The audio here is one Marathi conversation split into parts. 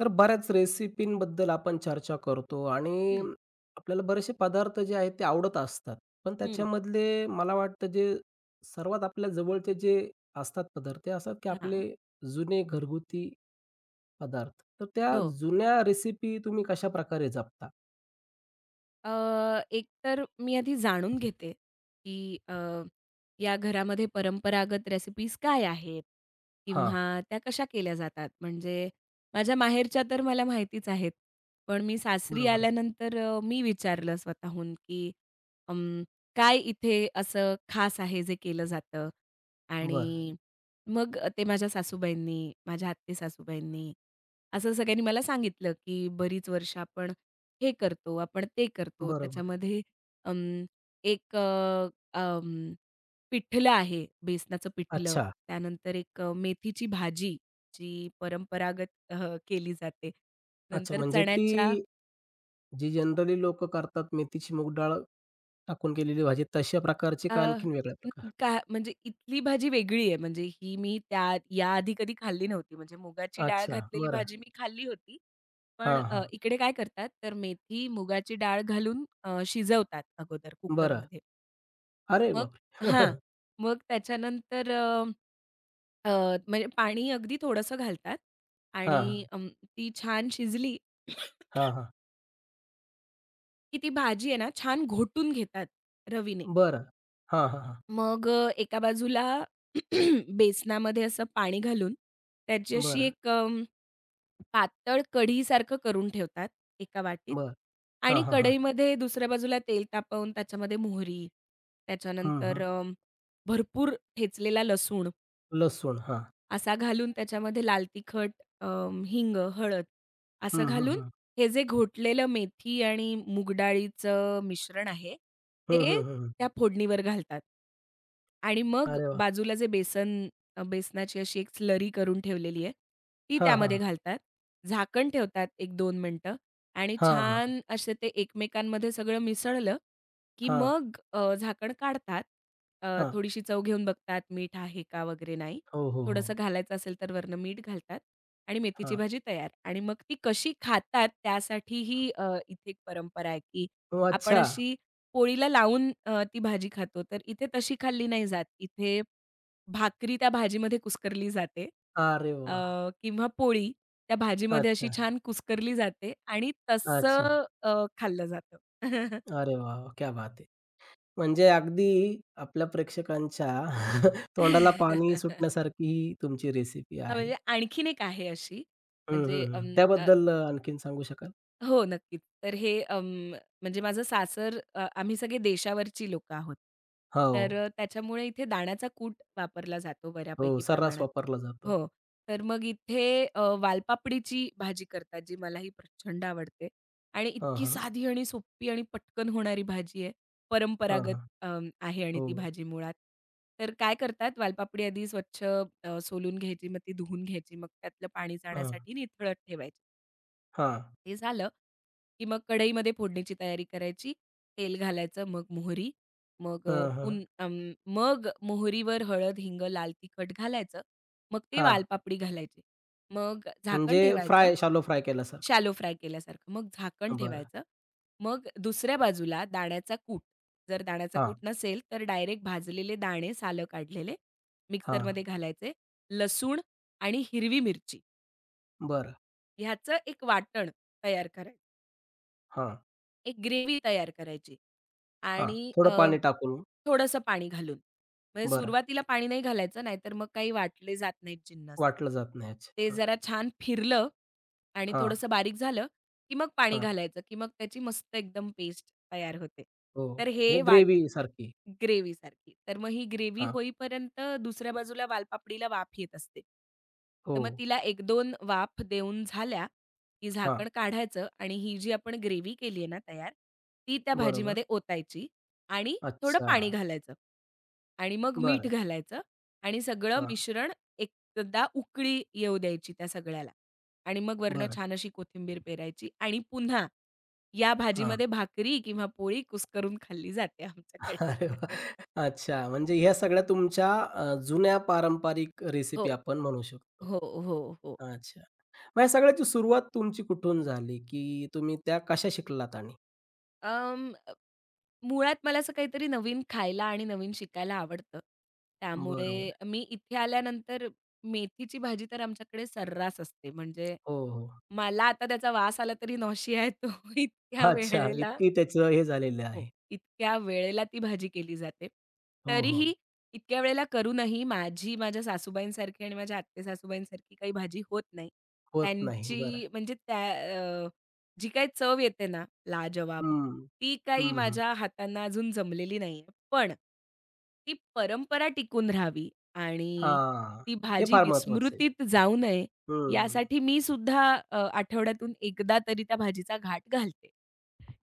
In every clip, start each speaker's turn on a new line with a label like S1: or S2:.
S1: तर बऱ्याच रेसिपींबद्दल आपण चर्चा करतो आणि
S2: हं,
S1: आपल्याला बरेचसे पदार्थ जे आहेत ते आवडत असतात. पण
S2: हं.
S1: त्याच्यामधले मला वाटतं जे सर्वात आपल्या जवळचे जे असतात पदार्थ ते असतात की आपले
S2: हां.
S1: जुने घरगुती पदार्थ. तर त्या
S2: हो.
S1: जुन्या रेसिपी तुम्ही कशाप्रकारे जपता?
S2: एक तर मी आधी जाणून घेते, की या घरामध्ये परंपरागत रेसिपीज काय आहेत?
S1: हां,
S2: किंवा त्या कशा केल्या जातात? म्हणजे माझ्या माहेरच्या तर मला माहितीच आहेत. पण मी सासरी
S1: बरोबर आहे.
S2: आल्यानंतर मी विचारलं स्वतःहून, की अं, काय इथे असं खास आहे जे केलं जातं?
S1: बरं,
S2: आणि मग ते माझ्या सासूबाईंनी, माझ्या आत्ते सासूबाईंनी, असं सगळ्यांनी मला सांगितलं, की बरीच वर्ष आपण हे करतो, आपण ते करतो.
S1: बरोबर आहे.
S2: त्याच्यामध्ये अं, एक अं, पिठलं आहे, बेसनाचं पिठलं.
S1: अच्छा,
S2: त्यानंतर एक मेथीची भाजी, जी परंपरागत केली जाते.
S1: अच्छा.
S2: नंतर
S1: म्हणजे
S2: चण्याच्या
S1: ती जी जनरली लोकं करतात मेथीची मूग डाळ टाकून केलेली भाजी तशा प्रकारची
S2: अ,
S1: का आणखीन वेगळ्या प्रकार?
S2: न- का म्हणजे इथली भाजी वेगळी आहे, म्हणजे ही मी याआधी कधी खाल्ली नव्हती. म्हणजे मुगाची डाळ
S1: अच्छा,
S2: घातलेली भाजी मी खाल्ली होती.
S1: हां, हां.
S2: इकडे काय करतात, तर मेथी, मुगाची डाळ घालून शिजवतात अगोदर
S1: बरं.
S2: कुकरमध्ये.
S1: अरे
S2: मग
S1: बापरे!
S2: हां. मग त्याच्यानंतर अ, अ, म्हणजे पाणी अगदी थोडंसं घालतात
S1: हां,
S2: आणि
S1: हां.
S2: अं, ती छान शिजली,
S1: हां, हां.
S2: की ती भाजी आहे ना छान घोटून घेतात रवीने.
S1: बरं. हां, हां, हां.
S2: मग एका बाजूला बेसनामध्ये असं पाणी घालून त्याची अशी
S1: बरं,
S2: एक अं, पातळ कढीसारखं करून ठेवतात एका वाटीत
S1: बरं. हां,
S2: आणि
S1: हां, हां.
S2: कढईमध्ये दुसऱ्या बाजूला तेल तापवून त्याच्यामध्ये मोहरी,
S1: हं,
S2: त्याच्यानंतर
S1: हं.
S2: अ, भरपूर ठेचलेला लसूण
S1: लसूण. हां.
S2: असा घालून त्याच्यामध्ये लाल तिखट, अ, हिंग, हळद असं
S1: हं, हं,
S2: घालून
S1: हं.
S2: हे जे घोटलेलं मेथी आणि मूग डाळीचं मिश्रण आहे,
S1: हं,
S2: ते
S1: हं, हं, हं.
S2: त्या फोडणीवर घालतात. आणि मग
S1: अरे वाह!
S2: बाजूला बेसनाची अशी एक स्लरी करून ठेवलेली आहे, ती
S1: हां, हां,
S2: त्यामध्ये
S1: हां.
S2: घालतात. झाकण ठेवतात 1-2 मिनिटं आणि
S1: हां, हां.
S2: छान असे ते एकमेकांमध्ये सगळं मिसळलं की
S1: हां,
S2: मग झाकण काढतात.
S1: हां.
S2: थोडीशी चव घेऊन बघतात, मीठ आहे का वगैरे नाही.
S1: हो, हो,
S2: थोडंसं
S1: हो.
S2: घालायचं असेल तर वरनं मीठ घालतात आणि मेथीची
S1: हां.
S2: भाजी तयार. आणि मग ती कशी खातात त्यासाठीही इथे एक परंपरा आहे, की
S1: ओह!
S2: आपण
S1: अच्छा.
S2: अशी पोळीला लावून ती भाजी खातो. तर इथे तशी खाल्ली नाही जात. इथे भाकरी त्या भाजीमध्ये कुस्करली जाते,
S1: अरे
S2: अ,
S1: वाह!
S2: किंवा पोळी त्या भाजीमध्ये अशी
S1: अच्छा,
S2: छान कुस्करली जाते आणि
S1: अच्छा.
S2: तसं खाल्लं जातं.
S1: अरे वाह, वाह! क्या बात है! म्हणजे अगदी आपल्या प्रेक्षकांच्या तोंडाला पाणी सुटण्यासारखी ही तुमची रेसिपी
S2: हां,
S1: आहे.
S2: म्हणजे आणखीन एक आहे अशी
S1: हं, हं,
S2: म्हणजे
S1: हं.
S2: अं, अ,
S1: त्याबद्दल आणखीन सांगू शकाल?
S2: हो, नक्कीच. तर म्हणजे माझं सासर, आम्ही सगळे देशावरची लोकं आहोत.
S1: हो.
S2: तर त्याच्यामुळे इथे दाण्याचा कूट वापरला जातो
S1: हो,
S2: बऱ्यापैकी
S1: सर्रास
S2: प्रमाणात.
S1: वापरला जातो.
S2: हो. तर मग इथे वालपापडीची भाजी करतात, जी मलाही प्रचंड आवडते आणि
S1: हां,
S2: इतकी
S1: हां.
S2: साधी आणि सोपी आणि पटकन होणारी भाजी आहे.
S1: हां,
S2: परंपरागत
S1: हां.
S2: अं, आहे आणि ती
S1: हो.
S2: भाजी मुळात. तर काय करतात, वालपापडी आधी स्वच्छ सोलून घ्यायची, मग ती धुवून घ्यायची, मग त्यातलं पाणी
S1: हां,
S2: जाण्यासाठी निथळत ठेवायची.
S1: हां.
S2: ते झालं की मग कढईमध्ये फोडणीची तयारी करायची, तेल घालायचं, मग मोहरी, मग अ,
S1: हां, हां.
S2: पुन अं, मग मोहरीवर हळद, हिंग, लाल तिखट घालायचं. मग ती
S1: हां.
S2: वालपापडी घालायची. मग झाकण
S1: म्हणजे
S2: ठेवायचं,
S1: फ्राय, शॅलो फ्राय केल्यासारखं.
S2: शॅलो फ्राय केल्यासारखं. मग झाकण
S1: बरं.
S2: ठेवायचं. मग दुसऱ्या बाजूला दाण्याचा कूट, जर दाण्याचा
S1: हां,
S2: कूट नसेल, तर डायरेक्ट भाजलेले दाणे, सालं काढलेले,
S1: हां.
S2: मिक्सरमध्ये घालायचे. लसूण आणि हिरवी मिरची
S1: बरं.
S2: ह्याचं एक वाटण तयार करायचं.
S1: हां,
S2: एक ग्रेव्ही तयार करायची
S1: हां.
S2: आणि
S1: थोडं पाणी टाकून
S2: थोडंसं पाणी घालून. म्हणजे
S1: बरं,
S2: सुरुवातीला पाणी नाही घालायचं, नाहीतर मग काही वाटले जात नाहीत जिन्नस.
S1: वाटलं जात नाही. अच्छा.
S2: ते
S1: हां,
S2: जरा छान फिरलं आणि
S1: हां,
S2: थोडंसं बारीक झालं, की मग पाणी
S1: हां.
S2: घालायचं, की मग त्याची मस्त एकदम पेस्ट तयार होते.
S1: हो.
S2: तर हे
S1: हे
S2: वाट
S1: ग्रेव्हीसारखी.
S2: ग्रेव्हीसारखी. तर मग ही ग्रेव्ही
S1: हां.
S2: होईपर्यंत दुसऱ्या बाजूला वालपापडीला वाफ येत असते. तर
S1: हो.
S2: मग तिला 1-2 वाफ देऊन झाल्या, की
S1: हां.
S2: झाकण काढायचं आणि ही जी आपण ग्रेव्ही केली आहे ना तयार, ती त्या
S1: बरोबर.
S2: भाजीमध्ये ओतायची. आणि थोडं
S1: अच्छा.
S2: पाणी घालायचं आणि मग मीठ
S1: बरं.
S2: घालायचं आणि सगळं
S1: हां.
S2: मिश्रण एकदा उकळी येऊ द्यायची त्या सगळ्याला आणि मग वरनं
S1: बरं.
S2: छान अशी कोथिंबीर पेरायची आणि पुन्हा या
S1: हां.
S2: भाजीमध्ये भाकरी किंवा पोळी कुस्करून खाल्ली जाते आमच्याकडे.
S1: अरे वाह! अच्छा. म्हणजे ह्या सगळ्या तुमच्या जुन्या पारंपरिक
S2: हो,
S1: रेसिपी आपण म्हणू शकतो.
S2: हो, हो, हो.
S1: अच्छा. मग या सगळ्याची सुरुवात तुमची कुठून झाली, की तुम्ही त्या कशा शिकलात आणि?
S2: मुळात मला असं काहीतरी नवीन खायला आणि नवीन शिकायला आवडतं. त्यामुळे
S1: बरोबर.
S2: मी इथे आल्यानंतर मेथीची भाजी तर आमच्याकडे सर्रास असते. म्हणजे
S1: हो, हो.
S2: मला आता त्याचा वास आला तरी नॉशिया तो इतक्या
S1: अच्छा,
S2: वेळेला,
S1: इतकी त्याचं हे झालेलं
S2: हो,
S1: आहे.
S2: इतक्या वेळेला ती भाजी केली जाते.
S1: हो, हो.
S2: तरीही इतक्या वेळेला करूनही माझी माझ्या सासूबाईंसारखी आणि माझ्या आत्ते-सासूबाईंसारखी काही भाजी होत नाही.
S1: होत नाही. बरं.
S2: त्यांची म्हणजे त्या अ, जी काही चव येते ना लाजवाब,
S1: हं.
S2: ती काही
S1: हं, हं.
S2: माझ्या हातांना अजून जमलेली नाहीये. पण ती परंपरा टिकून राहावी आणि
S1: हां.
S2: ती
S1: हे
S2: भाजी
S1: फार महत्वाचं आहे.
S2: विस्मृतीत जाऊ नये,
S1: हं.
S2: यासाठी मी सुद्धा आठवड्यातून एकदा तरी त्या भाजीचा घाट घालते.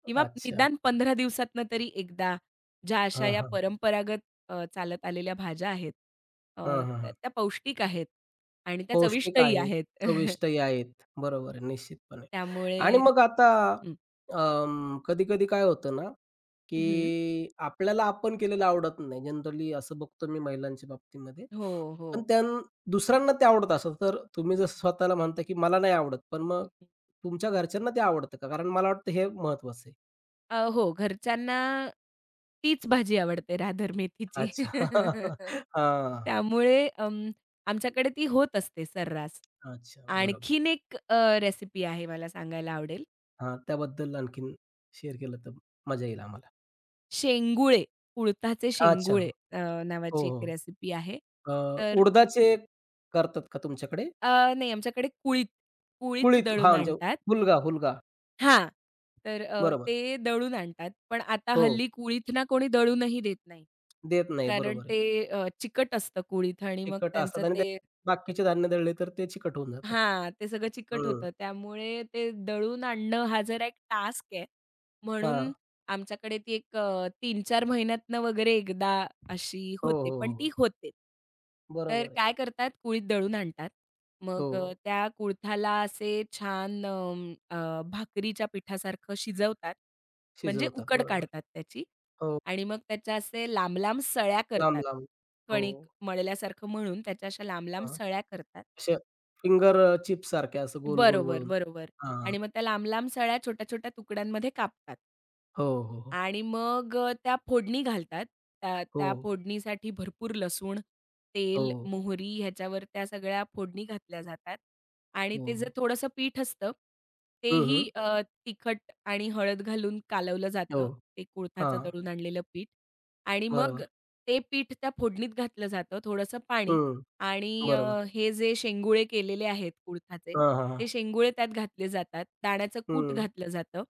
S2: किंवा
S1: अच्छा.
S2: निदान 15 दिवसातनं तरी एकदा, ज्या अशा
S1: हां,
S2: या
S1: हां.
S2: परंपरागत चालत आलेल्या भाज्या आहेत, अ,
S1: हां, हां,
S2: त्या
S1: हां.
S2: त्या पौष्टिक आहेत आणि त्या
S1: पौष्टिक
S2: चविष्टही
S1: आहेत,
S2: आहेत.
S1: चविष्टही आहेत. बरोबर आहे, निश्चितपणे.
S2: त्यामुळे
S1: आणि मग आता
S2: हं,
S1: कधी-कधी काय होतं ना, की
S2: हं.
S1: आपल्याला आपण केलेलं आवडत नाही. जनरली असं बघतो मी महिलांच्या बाबतीमध्ये.
S2: हो, हो.
S1: पण त्यां दुसऱ्यांना ते आवडत असेल, तर तुम्ही जसं स्वतःला म्हणता, की मला नाही आवडत. पण मग
S2: हं,
S1: तुमच्या घरच्यांना ते आवडतं का? कारण मला वाटतं हे महत्वाचं आहे.
S2: हो, घरच्यांना तीच भाजी आवडते राधर मेथीची.
S1: अच्छा. हां.
S2: त्यामुळे आमच्याकडे ती होत असते सर्रास.
S1: अच्छा. बरोबर आहे.
S2: आणखीन एक रेसिपी आहे मला सांगायला आवडेल.
S1: हां, त्याबद्दल आणखीन शेअर केलं तर मजा येईल आम्हाला.
S2: शेंगुळे, उडताचे
S1: अच्छा.
S2: शेंगुळे
S1: हो,
S2: अ, नावाची एक
S1: हो.
S2: रेसिपी आहे.
S1: अ,
S2: तर
S1: उडदाचे करतात का तुमच्याकडे?
S2: नाही, आमच्याकडे कुळीथ, कुळीथ
S1: कुळीथ हां,
S2: दळून
S1: म्हणजे
S2: आणतात.
S1: हुलगा, हुलगा.
S2: हां, तर
S1: बरोबर.
S2: ते दळून आणतात. पण आता
S1: हो,
S2: हल्ली कुळीथ ना कोणी दळूनही देत नाही.
S1: देत नाही.
S2: कारण
S1: बरोबर आहे.
S2: ते चिकट असतं कुळीथ आणि मग
S1: तिखट
S2: त्यांचं
S1: असतात आणि
S2: ते,
S1: त्यात बाकीचे धान्य दळले तर ते चिकट होऊन जातात.
S2: हां, ते सगळं चिकट
S1: हं.
S2: होतं. त्यामुळे ते दळून आणणं हा जरा एक टास्क आहे. म्हणून
S1: हां.
S2: आमच्याकडे ती एक 3-4 महिन्यातनं वगैरे एकदा अशी
S1: हो,
S2: होते,
S1: हो,
S2: पण ती
S1: हो.
S2: होते. तर
S1: बरोबर आहे.
S2: काय करतात कुळीथ दळून आणतात. मग
S1: हो,
S2: त्या कुळथाला असे छान भाकरीच्या पिठासारखं शिजवतात. म्हणजे
S1: शिजवतात.
S2: उकड
S1: बरोबर.
S2: काढतात त्याची
S1: हो,
S2: आणि मग त्याच्या असे लांब-लांब सळ्या करतात.
S1: लांब-लांब. हो,
S2: कणिक मळल्यासारखं म्हणून त्याच्या अशा लांब-लांब
S1: हां.
S2: सळ्या करतात.
S1: अशा फिंगर चिप्ससारख्या असं गोल-गोल
S2: बरोबर,
S1: वळून.
S2: बरोबर.
S1: हां, हां.
S2: आणि मग त्या लांब-लांब सळ्या छोट्या-छोट्या तुकड्यांमध्ये कापतात.
S1: हो, हो, हो.
S2: आणि मग त्या फोडणी घालतात. त्या
S1: हो,
S2: त्या फोडणीसाठी भरपूर लसूण, तेल,
S1: हो,
S2: मोहरी ह्याच्यावर त्या सगळ्या फोडणी घातल्या जातात. आणि
S1: हो,
S2: ते जे
S1: हो.
S2: थोडंसं पीठ असतं,
S1: हं, हं.
S2: तेही तिखट आणि हळद घालून कालवलं
S1: हो.
S2: जातं. ते कुळथाचं
S1: हां,
S2: दळून आणलेलं पीठ. आणि मग
S1: बरोबर.
S2: ते पीठ त्या फोडणीत घातलं जातं, थोडंसं पाणी
S1: हं,
S2: आणि
S1: बरोबर.
S2: हे जे शेंगुळे केलेले आहेत उडदाचे,
S1: हां, हां, हां.
S2: ते शेंगुळे त्यात घातले जातात. दाण्याचं कूट
S1: हं.
S2: घातलं जातं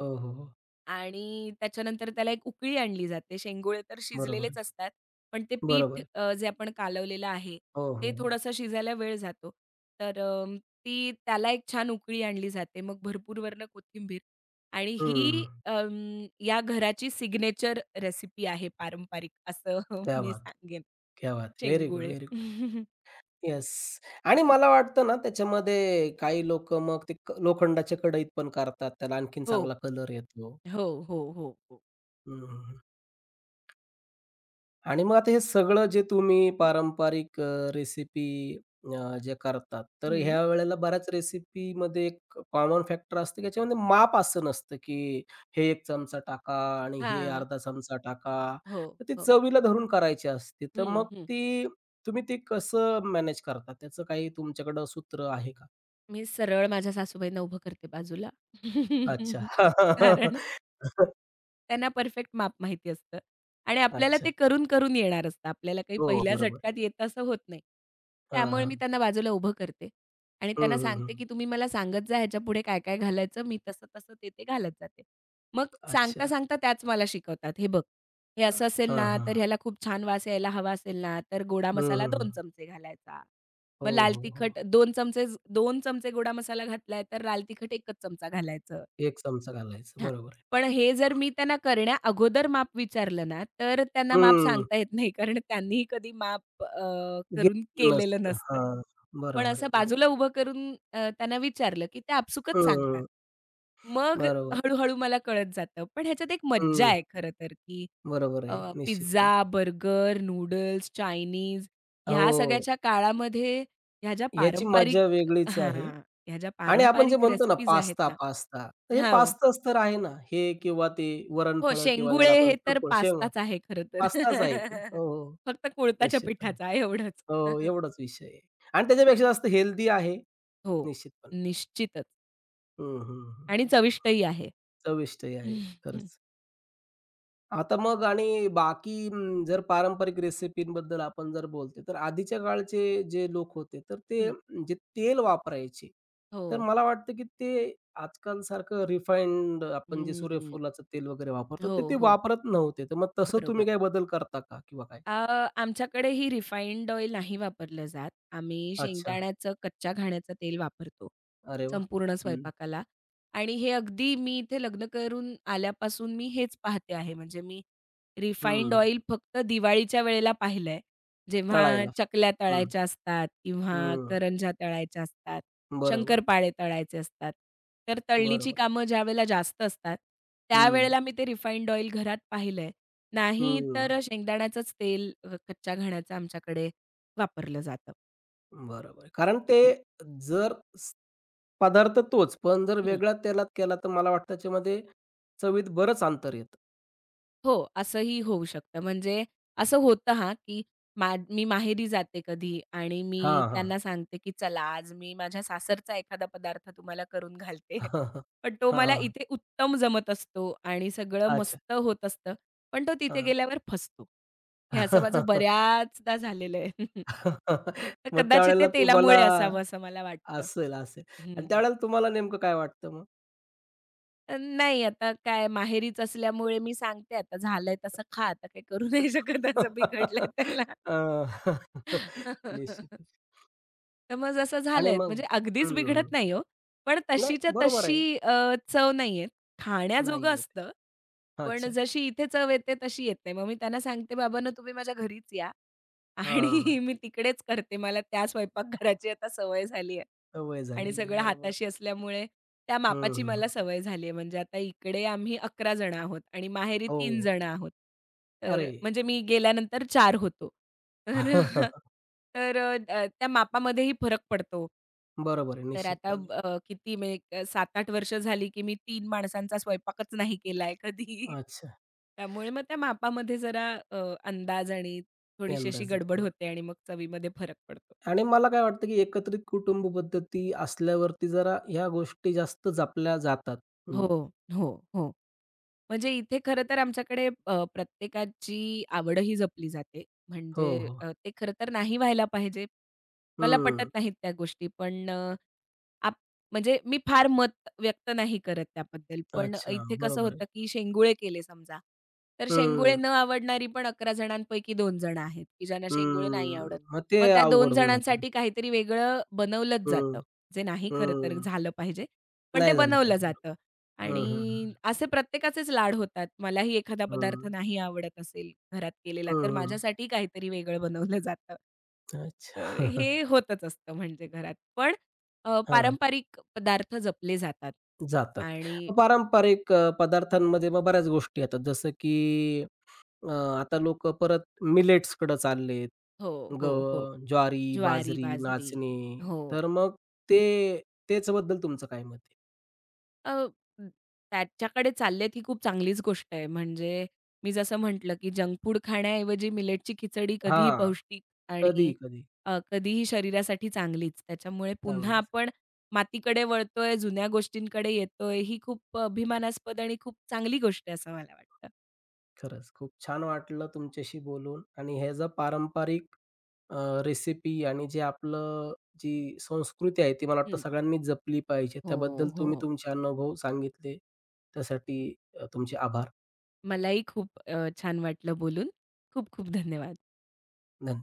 S1: हो, हो, हो.
S2: आणि त्याच्यानंतर त्याला एक उकळी आणली जाते. शेंगुळे तर
S1: बरोबर आहे.
S2: शिजलेलेच असतात. पण ते
S1: बरोबर
S2: पीठ
S1: आहे.
S2: जे आपण कालवलेलं आहे,
S1: हो,
S2: ते
S1: हो, हो.
S2: थोडंसं शिजायला वेळ जातो. तर ती त्याला एक छान उकळी आणली जाते. मग भरपूर वरनं कोथिंबीर आणि ही
S1: हं.
S2: अं, या घराची सिग्नेचर रेसिपी आहे पारंपरिक असं
S1: क्या
S2: मी
S1: बात है!
S2: सांगेन
S1: क्या बात है! व्हेरी गुड,
S2: शेंगुळे.
S1: Very good. येस, आणि मला वाटतं ना त्याच्यामध्ये काही लोकं मग ते लोखंडाच्या कढईत पण करतात. त्याला आणखीन
S2: हो,
S1: चांगला कलर येतो.
S2: हो, हो, हो, हो.
S1: हं, हं. आणि मग आता हे सगळं जे तुम्ही पारंपरिक रेसिपी जे करतात, तर
S2: हं.
S1: ह्या वेळेला बऱ्याच रेसिपीमध्ये एक कॉमन फॅक्टर असतं, की याच्यामध्ये माप असं नसतं, की हे 1 चमचा टाका आणि हे
S2: हां.
S1: अर्धा चमचा टाका.
S2: हो,
S1: तर ती
S2: हो.
S1: चवीला धरून करायची असते. तर
S2: हं,
S1: मग
S2: हं.
S1: ती तुम्ही ते कसं मॅनेज करता? त्याचं काही तुमच्याकडं सूत्र आहे का?
S2: मी सरळ माझ्या सासूबाईंना उभं करते बाजूला.
S1: अच्छा.
S2: कारण त्यांना परफेक्ट माप माहिती असतं आणि आपल्याला ते
S1: अच्छा.
S2: करून-करून येणार असतं. आपल्याला काही
S1: हो,
S2: पहिल्या
S1: बरोबर.
S2: झटक्यात येतं असं होत नाही.
S1: हां,
S2: त्यामुळे मी
S1: हां.
S2: त्यांना बाजूला उभं करते आणि त्यांना
S1: हं, हं,
S2: सांगते, की
S1: हं.
S2: "तुम्ही मला सांगत जा ह्याच्यापुढे काय-काय घालायचं, मी तसं-तसं ते-ते घालत जाते." मग
S1: अच्छा.
S2: सांगता-सांगता त्याच मला शिकवतात, "हे बघ, हे
S1: हां,
S2: असं असेल
S1: हां,
S2: ना,
S1: हां.
S2: तर ह्याला खूप छान वास यायला हवा असेल ना, तर गोडा
S1: हं,
S2: मसाला
S1: हं.
S2: 2 चमचे घालायचा. मग
S1: हो,
S2: लाल
S1: हो, हो.
S2: तिखट 2 चमचे, 2 चमचे गोडा मसाला घातलाय, तर लाल तिखट 1च चमचा घालायचं."
S1: एक चमचा घालायचं.
S2: हां.
S1: बरोबर आहे.
S2: पण हे जर मी त्यांना करण्याअगोदर माप विचारलं ना, तर त्यांना माप
S1: हं.
S2: सांगता येत नाही. कारण त्यांनीही कधी माप करून
S1: घेतलं
S2: केलेलं
S1: नसतं.
S2: नसतं.
S1: हां.
S2: पण
S1: बरोबर
S2: असं
S1: आहे, बरोबर.
S2: बाजूला उभं करून त्यांना विचारलं, की ते आपसुकच सांगतात.
S1: हं.
S2: मग
S1: बरोबर.
S2: हळू-हळू मला कळत जातं. पण ह्याच्यात एक मज्जा
S1: हं.
S2: आहे खरं तर, की
S1: बरोबर
S2: अ,
S1: आहे. निश्चितपणे.
S2: पिझ्झा, बर्गर, नूडल्स, चायनीज ह्या
S1: हो.
S2: सगळ्याच्या काळामध्ये ह्या ज्या
S1: याची मजा
S2: पारंपरिक
S1: वेगळीच आहे,
S2: हां. ह्या ज्या
S1: आणि आपण जे
S2: पारंपरिक
S1: म्हणतो ना
S2: रेसिपीज आहेत
S1: पास्ता,
S2: ना,
S1: पास्ता. तर हे
S2: हां, हो.
S1: पास्ताच तर आहे ना. हे किंवा ते
S2: हो,
S1: वरण-फळं किंवा
S2: शेंगुळे
S1: ज्याला आपण
S2: हे तर
S1: चकोळ, शेवया
S2: पास्ताच आहे खरं तर.
S1: पास्ताच आहे ते. हो, हो.
S2: फक्त कुळथाच्या
S1: निश्चितपणे.
S2: पिठाचा आहे एवढंच.
S1: हो, एवढाच विषय आहे आणि त्याच्यापेक्षा जास्त हेल्दी आहे
S2: हो,
S1: निश्चितपणे.
S2: निश्चितच
S1: हं, हं, हं,
S2: आणि
S1: हं.
S2: चविष्टही आहे.
S1: चविष्टही आहे. खरंच. आता मग आणि बाकी जर पारंपरिक रेसिपींबद्दल आपण जर बोलते, तर आधीच्या काळचे जे लोक होते, तर ते
S2: हं,
S1: जे तेल वापरायचे,
S2: हो.
S1: तर मला वाटतं की ते आजकालसारखं रिफाइंड आपण जे
S2: हं,
S1: सूर्यफुलाचं तेल वगैरे वापरतो,
S2: हो,
S1: ते ते
S2: हो.
S1: वापरत नव्हते. तर मग तसं
S2: बरोबर.
S1: तुम्ही काही बदल करता का किंवा काय?
S2: अ, आमच्याकडे ही रिफाइंड ऑइल नाही वापरलं जात. आम्ही
S1: अच्छा.
S2: शेंगदाण्याचं, कच्च्या घाण्याचं तेल वापरतो,
S1: अरे वाह!
S2: संपूर्ण
S1: हं,
S2: स्वयंपाकाला आणि हे अगदी मी इथे लग्न करून आल्यापासून मी हेच पाहते आहे. म्हणजे मी रिफाइंड
S1: हं.
S2: ऑइल फक्त दिवाळीच्या वेळेला पाहिलंय. जेव्हा
S1: तळायला.
S2: चकल्या
S1: हं,
S2: तळायच्या असतात किंवा
S1: हं.
S2: करंज्या तळायच्या असतात,
S1: बरोबर,
S2: शंकरपाळे तळायचे असतात. तर तळणीची
S1: बरोबर.
S2: कामं ज्यावेळेला जास्त असतात,
S1: हं,
S2: त्यावेळेला मी ते रिफाइंड ऑइल घरात पाहिलंय. नाही
S1: हं.
S2: तर शेंगदाण्याचंच तेल कच्च्या घाण्याचं आमच्याकडे वापरलं जातं.
S1: बरोबर. कारण ते जर पदार्थ तोच, पण जर
S2: हं.
S1: वेगळा तेलात केला, तर मला वाटतं त्याच्यामध्ये चवीत बरंच अंतर येतं.
S2: हो, असंही होऊ शकतं. म्हणजे असं होतं हां, की मी माहेरी जाते कधी आणि मी
S1: हां, हां.
S2: त्यांना सांगते, की "चला आज मी माझ्या सासरचा एखादा पदार्थ तुम्हाला करून घालते."
S1: हां,
S2: पण तो मला
S1: हां.
S2: इथे उत्तम जमत असतो आणि सगळं
S1: अच्छा.
S2: मस्त होत असतं. पण तो तिथे
S1: हां.
S2: गेल्यावर फसतो. हे असं माझं बऱ्याचदा झालेलं आहे. तर
S1: मग
S2: कदाचित ते
S1: त्यावेळेला
S2: तेलामुळे
S1: तुम्हाला
S2: असावं असं मला वाटतं.
S1: असेल, असेल आणि
S2: हं.
S1: त्यावेळेला तुम्हाला नेमकं काय वाटतं मग?
S2: नाही, आता काय माहेरीच असल्यामुळे मी सांगते आता झालंय तसं खा, आता काही करू नाही शकत, असं बिघडलंय त्याला.
S1: अ, निश्चितच.
S2: तर मग जसं
S1: आणि
S2: झालंय
S1: मग
S2: म्हणजे अगदीच
S1: हं,
S2: बिघडत
S1: हं.
S2: नाही हो. पण
S1: नाही,
S2: तशीच्या
S1: बरोबर आहे.
S2: तशी चव नाहीये.
S1: नाही
S2: खाण्याजोगं
S1: येत.
S2: असतं, पण
S1: अच्छा.
S2: जशी इथे चव येते तशी येत नाही. मग मी त्यांना सांगते, "बाबांनो तुम्ही माझ्या घरीच या आणि
S1: हां,
S2: मी तिकडेच करते. मला त्या स्वयंपाकघराची आता सवय झाली आहे."
S1: वय
S2: आणि
S1: झालेली आहे.
S2: सगळं
S1: बरोबर.
S2: हाताशी असल्यामुळे त्या मापाची
S1: हं, हं.
S2: मला सवय झाली आहे. म्हणजे आता इकडे आम्ही 11 जण आहोत आणि माहेरी
S1: हो.
S2: 3 जण आहोत. तर
S1: अरे!
S2: म्हणजे मी गेल्यानंतर 4 होतो. तर तर त्या मापामध्येही फरक पडतो.
S1: बरोबर आहे
S2: तर आता
S1: निश्चितपणे.
S2: किती म्हणजे 7-8 वर्ष झाली, की मी 3 माणसांचा स्वयंपाकच नाही केलाय कधी.
S1: अच्छा.
S2: त्यामुळे मग त्या मापामध्ये जरा अंदाज आणि थोडीशी अशी
S1: यंदाच येतो
S2: गडबड
S1: बरं,
S2: होते आणि मग चवीमध्ये फरक पडतो.
S1: आणि मला काय वाटतं, की एकत्रित कुटुंब पद्धती असल्यावरती जरा ह्या गोष्टी जास्त जपल्या जातात. हं.
S2: हो, हो, हो. म्हणजे इथे खरं तर आमच्याकडे प्रत्येकाची आवडही जपली जाते.
S1: हो,
S2: म्हणजे
S1: हो.
S2: ते खरं तर नाही व्हायला पाहिजे. मला पटत
S1: हं.
S2: नाहीत त्या गोष्टी. पण अ, आप म्हणजे मी फार मत व्यक्त नाही करत त्याबद्दल. पण
S1: अच्छा.
S2: इथे कसं
S1: बरोबर आहे.
S2: होतं, की शेंगुळे केले समजा, तर शेंगुळे
S1: हं,
S2: न आवडणारी पण 11 जणांपैकी 2 जण आहेत, की ज्यांना शेंगुळे नाही आवडत.
S1: हं. मग ते
S2: मग त्या 2
S1: अवघड होऊन जातं.
S2: जणांसाठी काहीतरी वेगळं बनवलंच जातं.
S1: हं,
S2: जे नाही खरं तर
S1: हं.
S2: झालं पाहिजे, पण ते
S1: नाही झालं
S2: बनवलं
S1: पाहिजे.
S2: जातं.
S1: हं, हं,
S2: आणि
S1: हं.
S2: असे प्रत्येकाचेच लाड होतात. मलाही एखादा पदार्थ
S1: हं.
S2: नाही आवडत असेल घरात केलेला, तर
S1: हं,
S2: माझ्यासाठी काहीतरी वेगळं बनवलं जातं. तर
S1: अच्छा.
S2: हे होतच असतं म्हणजे घरात. पण
S1: हां.
S2: पारंपरिक पदार्थ जपले जातात
S1: जातात.
S2: आणि
S1: मग पारंपरिक पदार्थांमध्ये मग बऱ्याच गोष्टी येतात जसं की अ, आता लोक परत मिलेट्सकडं चाललेत.
S2: हो, हो, हो.
S1: ज्वारी,
S2: ज्वारी,
S1: बाजरी,
S2: बाजरी.
S1: नाचणी.
S2: हो.
S1: तर मग ते त्याच्याबद्दल तुमचं काय मत आहे?
S2: अ, म, त्याच्याकडे चाललेत ही खूप चांगलीच गोष्ट आहे. म्हणजे मी जसं म्हटलं, की जंक फूड खाण्याऐवजी मिलेटची खिचडी कधीही
S1: हां,
S2: पौष्टिक आणि
S1: कधी, कधी.
S2: कधीही शरीरासाठी चांगलीच. त्याच्यामुळे पुन्हा
S1: चांगलीच.
S2: आपण मातीकडे वळतोय, जुन्या गोष्टींकडे येतोय, ही खूप अभिमानास्पद आणि खूप चांगली गोष्ट आहे असं मला वाटतं.
S1: खरंच खूप छान वाटलं तुमच्याशी बोलून आणि ह्याचा पारंपरिक रेसिपी आणि जे आपलं जी संस्कृती आहे ती मला वाटतं
S2: हं.
S1: सगळ्यांनी जपली पाहिजे.
S2: हो,
S1: त्याबद्दल तुम्ही
S2: हो.
S1: तुमचे अनुभव सांगितले. त्यासाठी तुमचे आभार.
S2: मलाही खूप छान वाटलं बोलून. खूप खूप धन्यवाद.
S1: धन्यवाद.